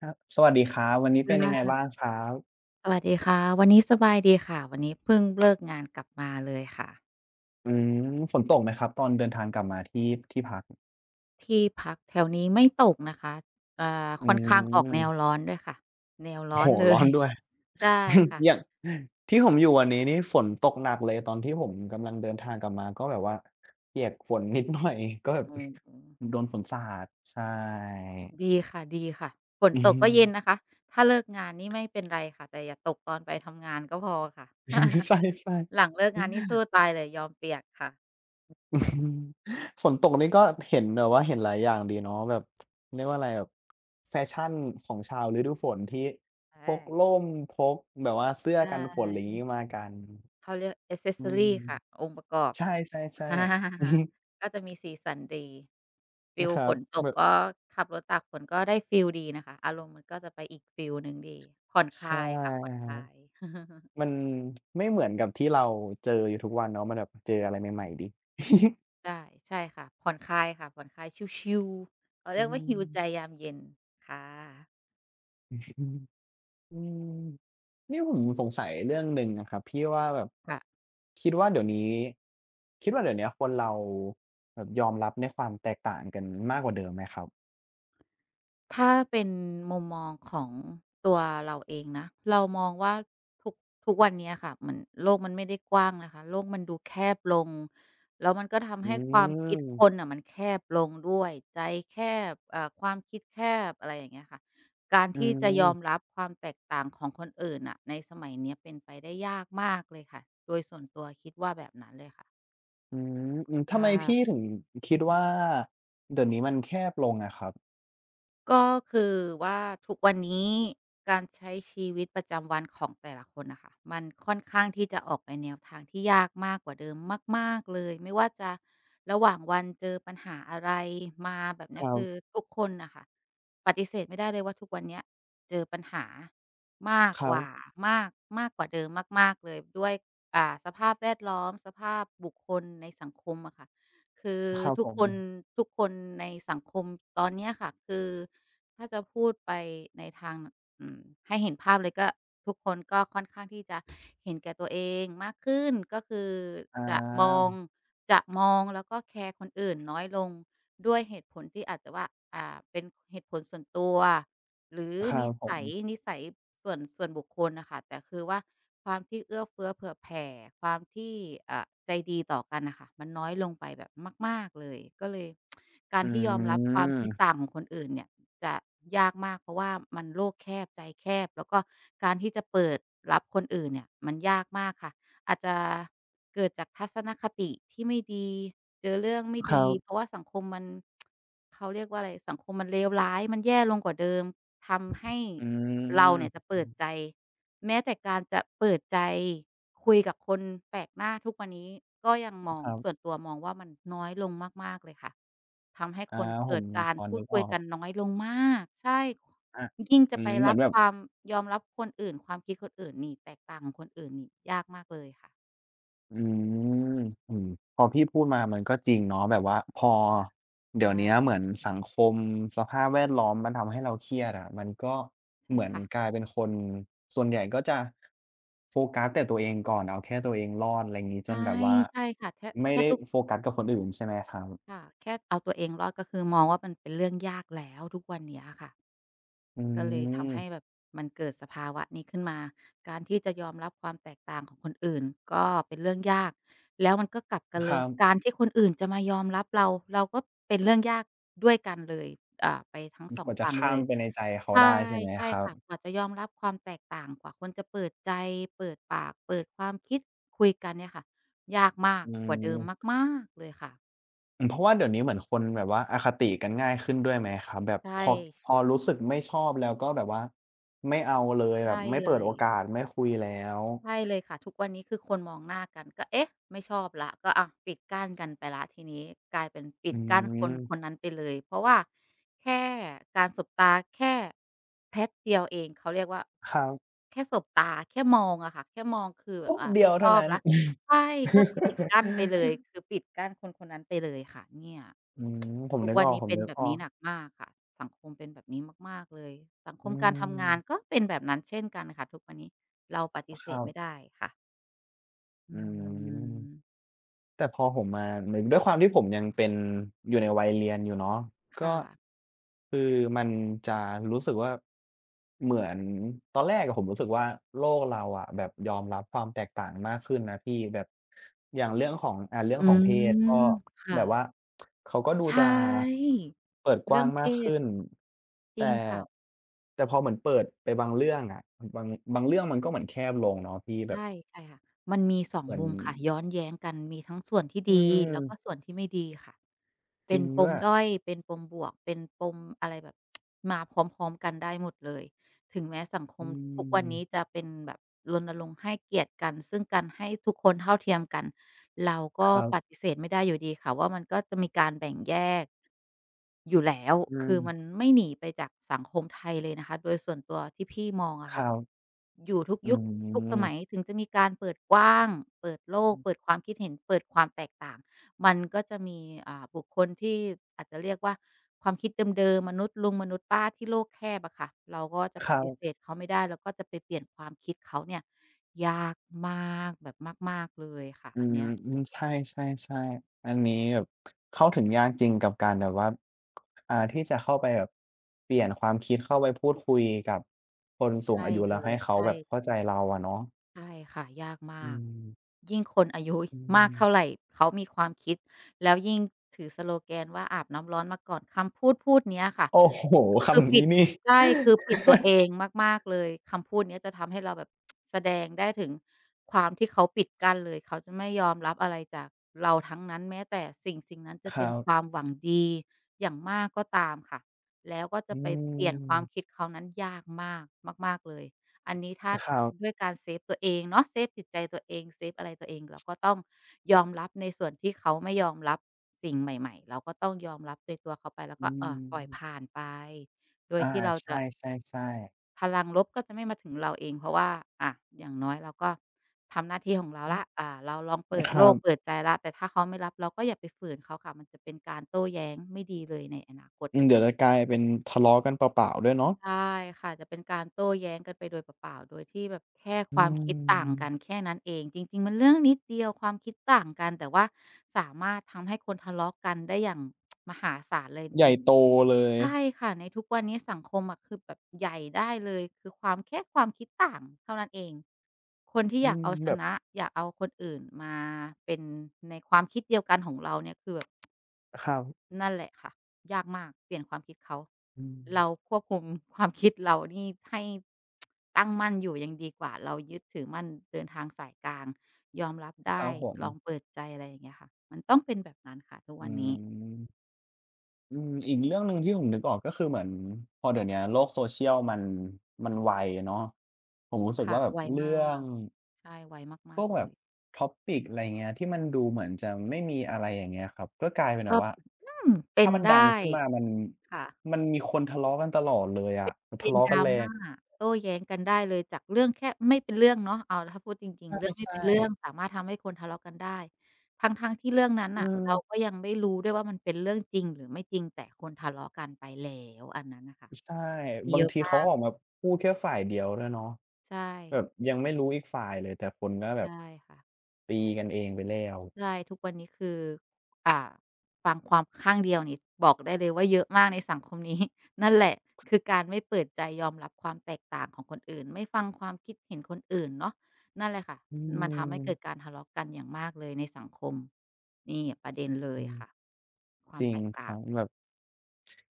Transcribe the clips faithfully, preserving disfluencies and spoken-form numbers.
ครับสวัสดีครับวันนี้เป็นยัค่งไงะบ้างครับสวัสดีค่ะวันนี้สบายดีค่ะวันนี้เพิ่งเลิกงานกลับมาเลยค่ะอืมฝนตกไหมครับตอนเดินทางกลับมาที่ที่พักที่พักแถวนี้ไม่ตกนะคะอ่าอืค่อนข้างออกแนวมร้อนด้วยค่ะแนวโอ้ร้อโฮนเลร้อย นด้วย ใช่ค่ะ อย่างที่ผมอยู่วันนี้นี่ฝนตกหนักเลยตอนที่ผมกำลังเดินทางกลับมาก็แบบว่าเปียกฝนนิดหน่อยก็แบบ อื มโดนฝนสาดใช่ ๆ ดีค่ะดีค่ะฝนอือตกฮึก็เย็นนะคะถ้าเลิกงานนี่ไม่เป็นไรค่ะแต่อย่าตกตอนไปทำงานก็พอค่ะ ใช่ๆ หลังเลิกงานนี่สู้ตายเลยยอมเปียกค่ะ อืมฝนตกนี่ก็เห็นแบบว่าเห็นหลายอย่างดีเนาะแบบเรียกว่าอะไรแบบแฟชั่นของชาวฤดูฝนที่พใช่กร่มพกแบบว่าเสื้อใช่กันฝนอะไรงี้มากันเขาเรียก อืม แอคเซสเซอรี่ ค่ะองค์ประกอบ ใช่ อๆๆ าก็จะมีสีสันดี ฟีนะลครัฝบนตแบกบก็ขับรถตากฝนก็ได้ฟีลดีนะคะอารมณ์มันก็จะไปอีกฟีลหนึ่งดีผ่อนคใชลายค่ะผ่อน่คลาย มันไม่เหมือนกับที่เราเจออยู่ทุกวันเนาะมันแบบเจออะไรใหม่ๆดีใช่ใช่ค่ะผ่อนคลายค่ะผ่อนคลายชิลๆเขาอืเรียกว่าม ฮีลใจยามเย็นค่ะอืมนี่ผมสงสัยเรื่องหนึ่งนะครับพี่ว่าแบบค่ะ คิดว่าเดี๋ยวนี้คิดว่าเดี๋ยวนี้คนเราแบบยอมรับในความแตกต่างกันมากกว่าเดิมไหมครับถ้าเป็นมุมมองของตัวเราเองนะเรามองว่าทุกทุกวันเนี้ยค่ะเหมือนโลกมันไม่ได้กว้างนะคะโลกมันดูแคบลงแล้วมันก็ทำอืให้ความคิดคนมน่ะมันแคบลงด้วยใจแคบเอ่อความคิดแคบอะไรอย่างเงี้ยค่ะการอืที่จะยอมมรับความแตกต่างของคนอื่นอ่ะในสมัยเนี้ยเป็นไปได้ยากมากเลยค่ะโดยส่วนตัวคิดว่าแบบนั้นเลยค่ะอืมอืมคทำไมพี่่ะ ถึงคิดว่าเดี๋ยวนี้มันแคบลงอะครับก็คือว่าทุกวันนี้การใช้ชีวิตประจำวันของแต่ละคนนะค่ะมันค่อนข้างที่จะออกไปแนวทางที่ยากมากกว่าเดิมมากๆเลยไม่ว่าจะระหว่างวันเจอปัญหาอะไรมาแบบคเนี้ยรัคือบทุกคนน่ะค่ะปฏิเสธไม่ได้เลยว่าทุกวันเนี้ยเจอปัญหามากครักว่าบมากมากกว่าเดิมมากๆเลยด้วยอ่าสภาพแวดล้อมสภาพบุคคลในสังคมอะค่ะ คือครับทุผกมคนทุกคนในสังคมตอนเนี้ยค่ะคือถ้าจะพูดไปในทางอืมให้เห็นภาพเลยก็ เห็นแก่ตัวเองมากขึ้นก็คืออจะมองาจะมองแล้วก็แคร์คนอื่นน้อยลงด้วยเหตุผลที่อาจจะว่าอ่าเป็นเหตุผลส่วนตัวหรือครันิบผสัยมนิสัยส่วนส่วนบุคคลน่ะค่ะแต่คือว่าความที่เอื้อเฟื้อเผื่อแผ่ความที่เอ่าใจดีต่อกันน่ะค่ะมันน้อยลงไปแบบมากๆเลยก็เลยการอืที่ยอมรับความคิดมต่างของคนอื่นเนี่ย จะยากมากเพราะว่ามันโลกแคบใจแคบแล้วก็การที่จะเปิดรับคนอื่นเนี่ยมันยากมากค่ะอาจจะเกิดจากทัศนคติที่ไม่ดีเจอเรื่องไม่ครัดีเพราะบว่าสังคมมันเขาเรียกว่าอะไรสังคมมันเลวร้ายมันแย่ลงกว่าเดิมทำให้อืเราเนี่ยจะเปิดใจมแม้แต่การจะเปิดใจคุยกับคนแปลกหน้าทุกวันนี้ก็ยังมอคงรัส่วนบตัวมองว่ามันน้อยลงมากๆเลยค่ะ ทำให้อาคนผเกิมดกาพรอพูนึดกอคุยอกกันน้อยลงมากใช่อะยิ่งอืจะไปมเหมืรัอนบแบบ ความยอมรับคนอื่นความคิดคนอื่นนี่แตกต่างของคนอื่นนี่ยากมากเลยค่ะอืมอืมพอพี่พูดมามันก็จริงเนาะแบบว่าพอค่ะใเดี๋ยวเนี้ยเหช่มือนสังคมสภาพแวดล้อมมันทำให้เราเครียดอะมันก็ใช่เหมือนค่ะกลายเป็นคนส่วนใหญ่ก็จะโฟกัสแต่ตัวเองก่อนเอาแค่ตัวเองรอดอะไรงี้จนใช่แบบว่าใช่ค่ะแค่ไม่แค่ได้ทุกโฟกัสกับคนอื่นใช่ไหมครับค่ะแค่เอาตัวเองรอดก็คือมองว่ามันเป็นเรื่องยากแล้วทุกวันเนี้ยค่ะ อืก็เลยทำให้มแบบมันเกิดสภาวะนี้ขึ้นมา การที่จะยอมรับความแตกต่างของคนอื่นก็เป็นเรื่องยากแล้วมันก็กลับกันเลข้าย มการที่คนอื่นจะมายอมรับเราเราก็เป็นเรื่องยากด้วยกันเลยอ่าไปทั้งสกองว่าจะฝั่งข้าเลมยไปในใจเขาใช่ได้ใช่ไหมใช่ครับค่ะกว่าจะยอมรับความแตกต่างกว่าคนจะเปิดใจเปิดปากเปิดความคิดคุยกันเนี่ยค่ะยากมากอืกว่าเดิม มมากๆเลยค่ะอืมเพราะว่าเดี๋ยวนี้เหมือนคนแบบว่าอคติกันง่ายขึ้นด้วยไหมครับแบบใช่พอพอรู้สึกไม่ชอบแล้วก็แบบว่าไม่เอาเลยแบใช่บไม่เลเปิดโอย กาสไม่คุยแล้วใช่เลยค่ะทุกวันนี้คือคนมองหน้ากันก็เอ๊ะไม่ชอบละก็อะปิดกั้นกันไปล้ทีนี้กลายเป็นปิอืดกั้นคนคนมนั้นไปเลยเพราะว่าแค่การสบตาแค่แป๊บเดียวเองเขาเรียกว่าครับแค่สบตาแค่มองอะค่ะแค่มองคือแบบปุ๊บอ่าเดียไม่วชเท่าอบนั้น แล้วใช่ก็ ปิดกั้นไปเลยคือปิดกั้นคนคนนั้นไปเลยค่ะเนี่ยอืมผมทุกนึกวัอนอกนี้ผมเป็นนึกแบอบอนี้กหนักมากค่ะสังคมเป็นแบบนี้มากๆเลยสังคอืมการทำงานก็มเป็นแบบนั้นเช่นกันค่ะทุกวันนี้ เราปฏิคเสรัธไม่บได้ค่ะอือืมม แต่พอผมมานึกด้วยความที่ผมยังเป็นอยู่ในวัยเรียนอยู่เนาะก็ค่ะคือมันจะรู้สึกว่าเหมือนตอนแรกอะผมรู้สึกว่าโลกเราอะแบบยอมรับความแตกต่างมากขึ้นนะพี่แบบอย่างเรื่องของอ่าเรื่องอืของเพศก็มแบค่ะบว่าเขาก็ดูใชจะ่เปิดกเรื่ว้าองงเพมากศขึ้นจริงแต่ค่ะแต่พอเหมือนเปิดไปบางเรื่องอะบางบางเรื่องมันก็เหมือนแคบลงเนาะพี่แบบใช่ใช่ค่ะ มันมีสองเหมือนมุมค่ะ ย้อนแย้งกันมีทั้งส่วนที่อืดี แล้วก็มส่วนที่ไม่ดีค่ะจเป็รินงปด้มวย ด้อยเป็นปมบวกเป็นปมอะไรแบบ มาพร้อมๆกันได้หมดเลยถึงแม้สังคอืมทุกวันนี้มจะเป็นแบบรณรงค์ให้เกียรติกัน ซึ่งการให้ทุกคนเท่าเทียมกัน เราคก็รับปฏิเสธไม่ได้อยู่ดีค่ะว่ามันก็จะมีการแบ่งแยกอยู่แล้วอืคือมันมไม่หนีไปจากสังคมไทยเลยนะคะโดยส่วนตัวที่พี่มองอะคค่ะรับอยู่ทุกอืยุคทุกสมัยมถึงจะมีการเปิดกว้างเปิดโลกเปิดความคิดเห็นเปิดความแตกต่างมันก็จะมีอ่าบุคคลที่อาจจะเรียกว่าความคิดเดิมๆมนุษย์ลุงมนุษย์ป้าที่โลกแคบอะค่ะเราก็จะคปรัฏิเสบธเขาไม่ได้แล้วก็จะไปเปลี่ยนความคิดเขาเนี่ยยากมากแบบมากๆเลยค่ะอือันมเนี้ย อืมใช่ๆๆอันนี้แบบเข้าถึงยากจริงกับการแบบว่าอ่าที่จะเข้าไปแบบเปลี่ยนความคิดเข้าไปพูดคุยกับคนสูงใช่อายุเลแล้วให้ยเขาใช่แบบเข้าใจเราอะเนาะใช่ค่ะยากมาอืกมยิ่งคนอายุอืมากเท่าไรมเขามีความคิดแล้วยิ่งถือสโลแกนว่าอาบน้ำร้อนมาก่อนคำพูดพูดเนี้ยค่ะโอ้โฮคือคำปินี้ดนี่ ใช่คือปิดตัวเองมากๆเลยคำพูดเนี้ยจะทำให้เราแบบแสดงได้ถึงความที่เขาปิดกั้นเลยเขาจะไม่ยอมรับอะไรจากเราทั้งนั้นแม้แต่สิ่งสิ่งนั้นจะ คเป็รันคบวามหวังดีอย่างมากก็ตามค่ะแล้วก็อืจะไปเปลี่ยนความมคิดเขานั้นยากมากมากๆเลย อันนี้ถ้าครัด้บวยการเซฟตัวเองเนาะเซฟจิตใจตัวเองเซฟอะไรตัวเองเราก็ต้องยอมรับในส่วนที่เขาไม่ยอมรับสิ่งใหม่ๆเราก็ต้องยอมรับในตัวเขาไปแล้วอืก็เอ่อปล่อยผ่ามนไปโดยอาที่เราใชจะ่ๆๆพลังลบก็จะไม่มาถึงเราเองเพราะว่าอะอย่างน้อยเราก็ทำหน้าที่ของเราแล้วอ่าเราลองเปิดครัโลกเปิบ ดใจแล้วแต่ถ้าเขาไม่รับเราก็อย่าไปฝืนเขาค่ะมันจะเป็นการโต้แย้งไม่ดีเลยในอนาคต อืมเดี๋ยวจะกลายเป็นทะเลาะกันเปล่าๆด้วยเนาะใช่ค่ะจะเป็นการโต้แย้งกันไปโดยเปล่าๆโดยที่แบบแค่อืความคิดต่างกัมนแค่นั้นเองจริงๆมันเรื่องนิดเดียวความคิดต่างกันแต่ว่าสามารถทำให้คนทะเลาะกันได้อย่างมหาศาลเลยใหในญ่โตเลยใช่ค่ะในทุกวันนี้สังคมอะคือแบบใหญ่ได้เลยคือความแค่ความคิดต่างเท่านั้นเองคนที่อือยากมเอาชแบบนะอยากเอาคนอื่นมาเป็นในความคิดเดียวกันของเราเนี่ยคือแบบ ข่าวนั่นแหละค่ะยากมากเปลี่ยนความคิดเขาอืเรามควบคุม ความคิดเรานี่ให้ ตั้งมั่นอยู่ยังดีกว่าเรายึดถือมั่นเดินทางสายกลางยอมรับคได้รับผมลองเปิดใจอะไรอย่างเงี้ยค่ะมันต้องเป็นแบบนั้นค่ะทุกอืวันนี้มอืมอีกเรื่องหนึ่งที่ผมนึกออกก็คือเหมือนพอเดี๋ยวเนี้ยโลก Social มันมันไวอะเนาะผมรู้สึกค่ะว่าแบบไวเรื่มาองกใช่ไวพมาวกกๆเลแบบ ย topic อะไรเงี้ยที่มันดูเหมือนจะไม่มีอะไรอย่างเงี้ยครับก็กลายเป็นแบก็บว่าอืมเป็ถ้านมันดังได้ขึ้นมามันค่ะ มันมีคนทะเลาะกันตลอดเลยอะแบปบระทะเด็น เลาะกันแรง ดราม่า โต้แย้งกันได้เลยจากเรื่องแค่ไม่เป็นเรื่องเนาะเอาถ้าพูดจริงๆเรื่องไม่ใช่เป็นเรื่องๆ สามารถทำให้คนทะเลาะกันได้ทั้งๆที่เรื่องนั้นเอน่ะเราก็อยังไม่รู้ด้วยว่ามันเป็นเรื่องจริงหรือไม่จริงแต่คนทะเลาะกันไปแล้วอันนั้นน่ะค่ะใช่มีบาเยงอะทีมาเขากออกมาพูดแค่ฝ่ายเดียวด้วยเนาะใช่แบบยังไม่รู้อีกฝ่ายเลยแต่คนก็แบบใช่ค่ะ ตีกันเองไปแล้วใช่ทุกวันนี้คืออ่าฟังความข้างเดียวนี่บอกได้เลยว่าเยอะมากในสังคมนี้ นั่นแหละคือการไม่เปิดใจยอมรับความแตกต่างของคนอื่นไม่ฟังความคิดเห็นคนอื่นเนาะนั่นแหละค่ะอืมันทำให้เกิดมการทะเลาะกันอย่างมากเลยในสังคมนี่ประเด็นเลอืยมค่ะควาจมริแตงกคต่ารังบแบบ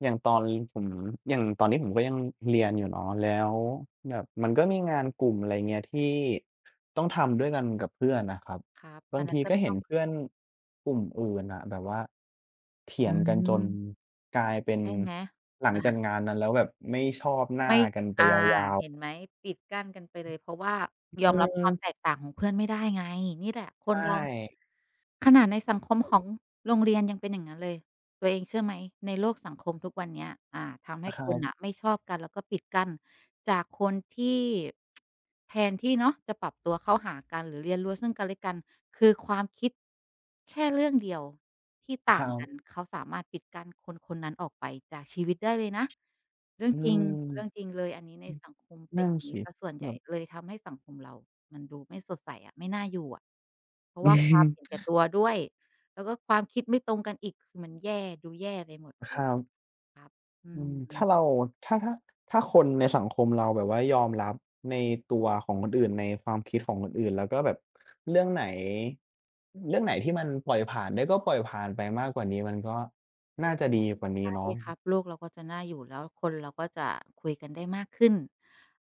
อย่างตอนผมอย่างตอนนี้ผมก็ยังเรียนอยู่เนาะแล้วแบบมันก็มีงานกลุ่มอะไรเงี้ยที่ต้องทำด้วยกันกับเพื่อนนะครับครับบาอังนนั้ทีนก็ก็เห็ต้นองเพื่อนกลุ่มอื่นน่ะแบบว่าเถียอืงกันจนมกลายเป็นใช่ไหมหลังอาจากงานนั้นแล้วแบบไม่ชอบหน้าไม่กันไปอายาวเห็นไหมปิดกั้นกันไปเลยเพราะว่าๆยอือมรับมความแตกต่างของเพื่อนไม่ได้ไงนี่แหละคใชนเรา ่ขนาดในสังคมของโรงเรียนยังเป็นอย่างนั้นเลย ตัวเองเชื่อไหมในโลกสังคมทุกวันเนี้ยอ่าทำให้คครันน่ะบไม่ชอบกันแล้วก็ปิดกั้นจากคนที่แทนที่เนาะจะปรับตัวเข้าหากันหรือเรียนรู้ซึ่งกันและกันคือความคิดแค่เรื่องเดียวที่คต่างรักันบเขาสามารถปิดกั้นคนคนนั้นออกไปจากชีวิตได้เลยนะเรื่องอืจริงมเรื่องจริงเลยอันนี้ในสังคมเป็นนั่นอย่างงี้สิเสียส่วนแบใหญ่บ เลยทำให้สังคมเรามันดูไม่สดใสอะไม่น่าอยู่อะเพราะว่าความเห็นแก่ ตัวด้วย แล้วก็ความคิดไม่ตรงกันอีกคือมันแย่ดูแย่ไปหมดเลคยรับ ครับอือืมมถ้าเราถ้าถ้าถ้าคนในสังคมเราแบบว่ายอมรับในตัวของคนอื่นในความคิดของคนอื่นแล้วก็แบบเรื่องไหนเรื่องไหนที่มันปล่อยผ่านได้ก็ปล่อยผ่านไปมากกว่านี้มันก็น่าจะดีกว่านี้ใช่เนาะครับโลกเราก็จะน่าอยู่แล้วคนเราก็จะคุยกันได้มากขึ้น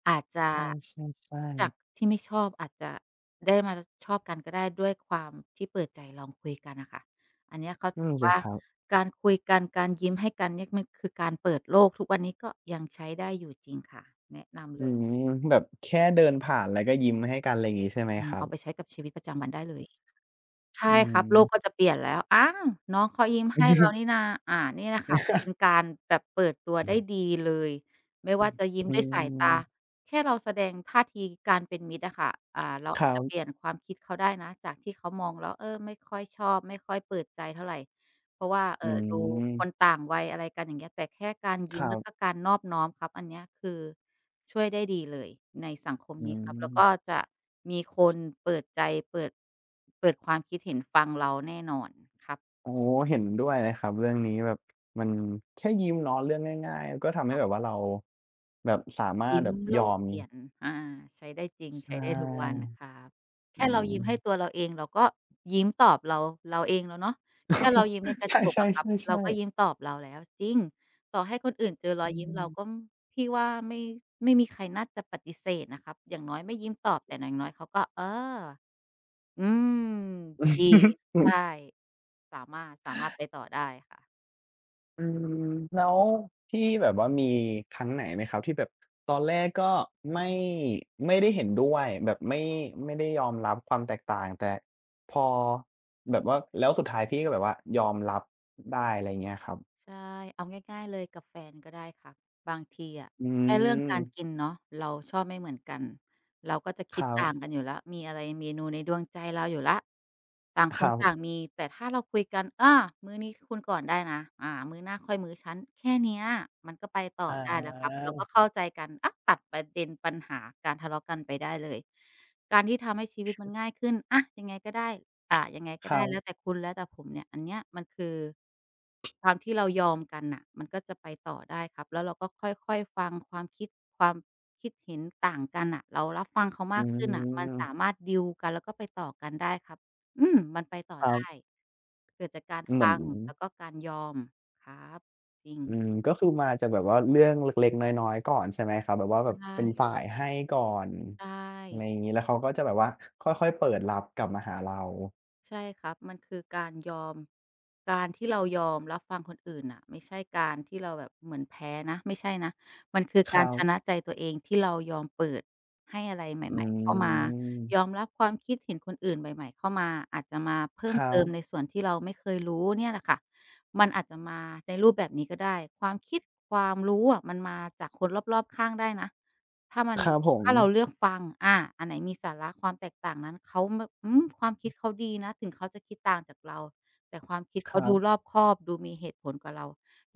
อาจจะใช่ๆจากๆที่ไม่ชอบอาจจะได้มาชอบกันก็ได้ด้วยความที่เปิดใจลองคุยกันนะค่ะอันเนี้ยเขานั่ถืนอสิว่าครับการคุยกันการยิ้มให้กันเนี่ยมันคือการเปิดโลกทุกวันนี้ก็ยังใช้ได้อยู่จริงค่ะแนะนำอืเลยมแบบแค่เดินผ่านแล้วก็ยิ้มให้กันอะไรอย่างงี้ใช่ไหมอืคมรับเอาไปใช้กับชีวิตประจำวันได้เลย อืใช่ครับโลกก็มจะเปลี่ยนแล้วอ้าวน้องเขายิ้มให้เรานี่นาอ่านี่แหละค่ะมันเป็นการแบบเปิดตัวได้ดีเลยไม่ว่าจะยิ้มอืด้วยสายตามแค่เราแสดงท่าทีการเป็นมิตรอะค่ะอ่าเราคอาจรัจะเปลี่ยนบความคิดเขาได้นะจากที่เขามองแล้วเออไม่ค่อยชอบไม่ค่อยเปิดใจเท่าไรเพราะว่าเอ่อือดูคนมต่างวัยอะไรกันอย่างเงี้ยแต่แค่การคยิ้มรัแล้วก็บการนอบน้อมครับอันเนี้ยคือ ช่วยได้ดีเลยในสังคมอืนี้ครับแล้วก็ม จะมีคนเปิดใจเปิดเปิดความคิดเห็นฟังเราแน่นอนครับโอ้โเห็นด้วยเลยครับเรื่องนี้แบบมันแค่ยิ้มเนาะเรื่องง่ายๆก็ทำให้แบบว่าเราแบบสามารถยิ้มแบบโลยอกมเปลี่ยนอาใช้ได้จริงใชใช้ได้ทุกวัน่ครับอืแค่เราม ยิ้มให้ตัวเราเองเราก็ยิ้มตอบเราเราเองแล้วเนาะแค่เรายิ้มในก ระจกใช่อะครับเราก็ๆๆๆยิ้มตอบเราแล้วจริงต่อให้คนอื่นเจอรอยอืยิ้มเราก็มพี่ว่าไม่ไม่มีใครน่าจะปฏิเสธนะครับอย่างน้อยไม่ยิ้มตอบแต่อย่างน้อยเขาก็เออ อืมดีอือ ใช่สามารถสามารถไปต่อได้ค่ะ อืมแล้วพี่แบบว่ามีครั้งไหนไหมครับที่แบบตอนแรกก็ไม่ไม่ได้เห็นด้วยแบบไม่ไม่ได้ยอมรับความแตกต่างแต่พอแบบว่าแล้วสุดท้ายพี่ก็แบบว่ายอมรับได้อะไรอย่างเงี้ยครับใช่เอาง่ายๆเลยกับแฟนก็ได้ค่ะบางทีอะอืแค่เรื่องการม กินเนาะเราชอบไม่เหมือนกันเราก็จะคคิดรัต่างกับนอยู่แล้วมีอะไรเมนูในดวงใจเราอยู่แล้วต่างคคนรัต่างบมีแต่ถ้าเราคุยกันอามื้อนี้คุณก่อนได้นะอามื้อหน้าค่อยมื้อฉันแค่เนี้ยมันก็ไปต่ออได้แล้วครับาเราก็เข้าใจกันอาตัดประเด็นปัญหาการทะเลาะกันไปได้เลย การที่ทำให้ชีวิตมันง่ายขึ้นอะยังไงก็ได้อ่ายังไงคก็ได้รัแล้วบแต่คุณแล้วแต่ผมเนี่ยอันเนี้ยมันคือความที่เรายอมกันน่ะมันก็จะไปต่อได้ครับแล้วเราก็ค่อยๆฟังความคิด ความคิดเห็นต่างกันน่ะเรารับฟังเขาอืมากขึ้นน่ะมันสามมารถดีลกันแล้วก็ไปต่อกันได้ครับอืมมันไปต่อครัได้บเกิดจากการเหมือนฟังแล้วก็การยอมครับจริอืมงก็คือมาจากแบบว่าเรื่องเล็กๆน้อยๆก่อนใช่ไหมครับแบบว่าใชแบบ่เป็นฝ่ายให้ก่อนใช่ อะไรอย่างงี้แล้วเขาก็จะแบบว่าค่อยๆเปิดรับกลับมาหาเราใช่ครับมันคือการยอมการที่เรายอมรับฟังคนอื่นน่ะไม่ใช่การที่เราแบบเหมือนแพ้นะไม่ใช่นะ มันคือคการัรชนะบใจตัวเองที่เรายอมเปิดให้อะไรอืใหม่ๆเข้ามายอมมรับความคิดเห็นคนอื่นใหม่ๆเข้ามาอาจจะมาเพิ่คมรัเติมในบส่วนที่เราไม่เคยรู้เนี่ยแหละค่ะมันอาจจะมาในรูปแบบนี้ก็ได้ ความคิดความรู้อะมันมาจากคนรอบๆข้างได้นะ ถ้ามันครับผมถ้าเราเลือกฟังอาอันไหนมีสาระความแตกต่างนั้นเขาแบบอืมความคิดเขาดีนะถึงเขาจะคิดต่างจากเราแต่ความคิดคเขารัดูรอบบคอบดูมีเหตุผลกว่าเรา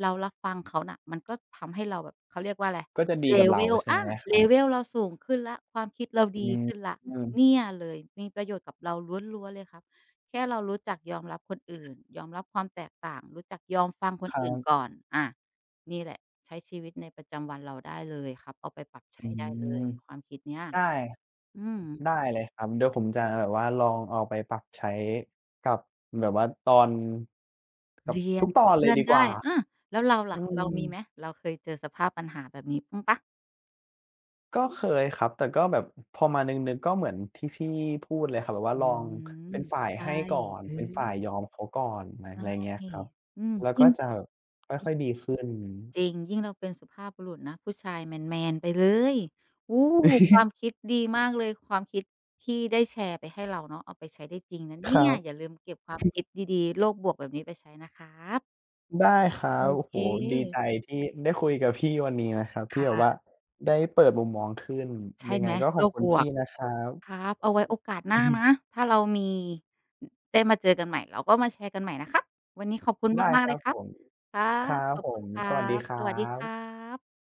เรารับฟังเขาน่ะมันก็ทำให้เราแบบเขาเรียกว่าอะไร ก็จะดีกับเรา level ใช่ไหมอา ครับ เลเวล เราสูงขึ้นแล้วความคิดเราอืดีขึ้นมแล้วเนี่ยเลยมีประโยชน์กับเราล้วนๆเลยครับแค่เรารู้จักยอมรับคนอื่นยอมรับความแตกต่างรู้จักยอมฟังคคนรัอื่นก่บอนอา นี่แหละใช้ชีวิตในประจำวันเราได้เลยครับเอาไปปรับอืใช้ได้เลมยความคิดเนี้ยใช่ อืมได้เลยครับเดี๋ยวผมจะแบบว่าลองเอาไปปรับใช้กับแบบว่าตอนกับเรียทุนกตกับอนเลเพื่ยอนดีกได้ว่าอาแล้วเราอืล่ะเรามีไหมมเราเคยเจอสภาพปัญหาแบบนี้บ้างเปล่าก็เคยครับแต่ก็แบบพอมานึกๆก็เหมือนที่พี่พูดเลยครับแบบว่าอืลองเป็มนฝ่ายใช่ให้ก่อนเออเป็นฝ่ายยอมเขาก่อนไรใช่ไรเงี้ยครับอืมแล้วก็ยิ่งจะค่อยๆดีขึ้น จริงยิ่งเราเป็นสุภาพบุรุษนะผู้ชายแมนๆไปเลยอู้ควา มคิดดีมากเลยความคิดที่ได้แชร์ไปให้เราเนาะเอาไปใช้ได้จริงนะคเนี่รัยอย่าบลืมเก็บความคิดดีๆโลกบวกแบบนี้ไปใช้นะครับได้ครัโอบโอ้เค โฮดีใจที่ได้คุยกับพี่วันนี้นะครับที่แบบว่าค่ะได้เปิดมุมมองขึ้นใช่ยังไงไหมก็ขโลอบกคุณบวพี่กนะครับ ครับเอาไว้โอกาสหน้านะถ้าเรามีได้มาเจอกันใหม่เราก็มาแชร์กันใหม่นะครับวันนี้ขอบคุณได้มาคกๆเลรัยบคผรับมครัครับบขอบผคุณม ครัสวัสดีบครัสวัสดีครับบ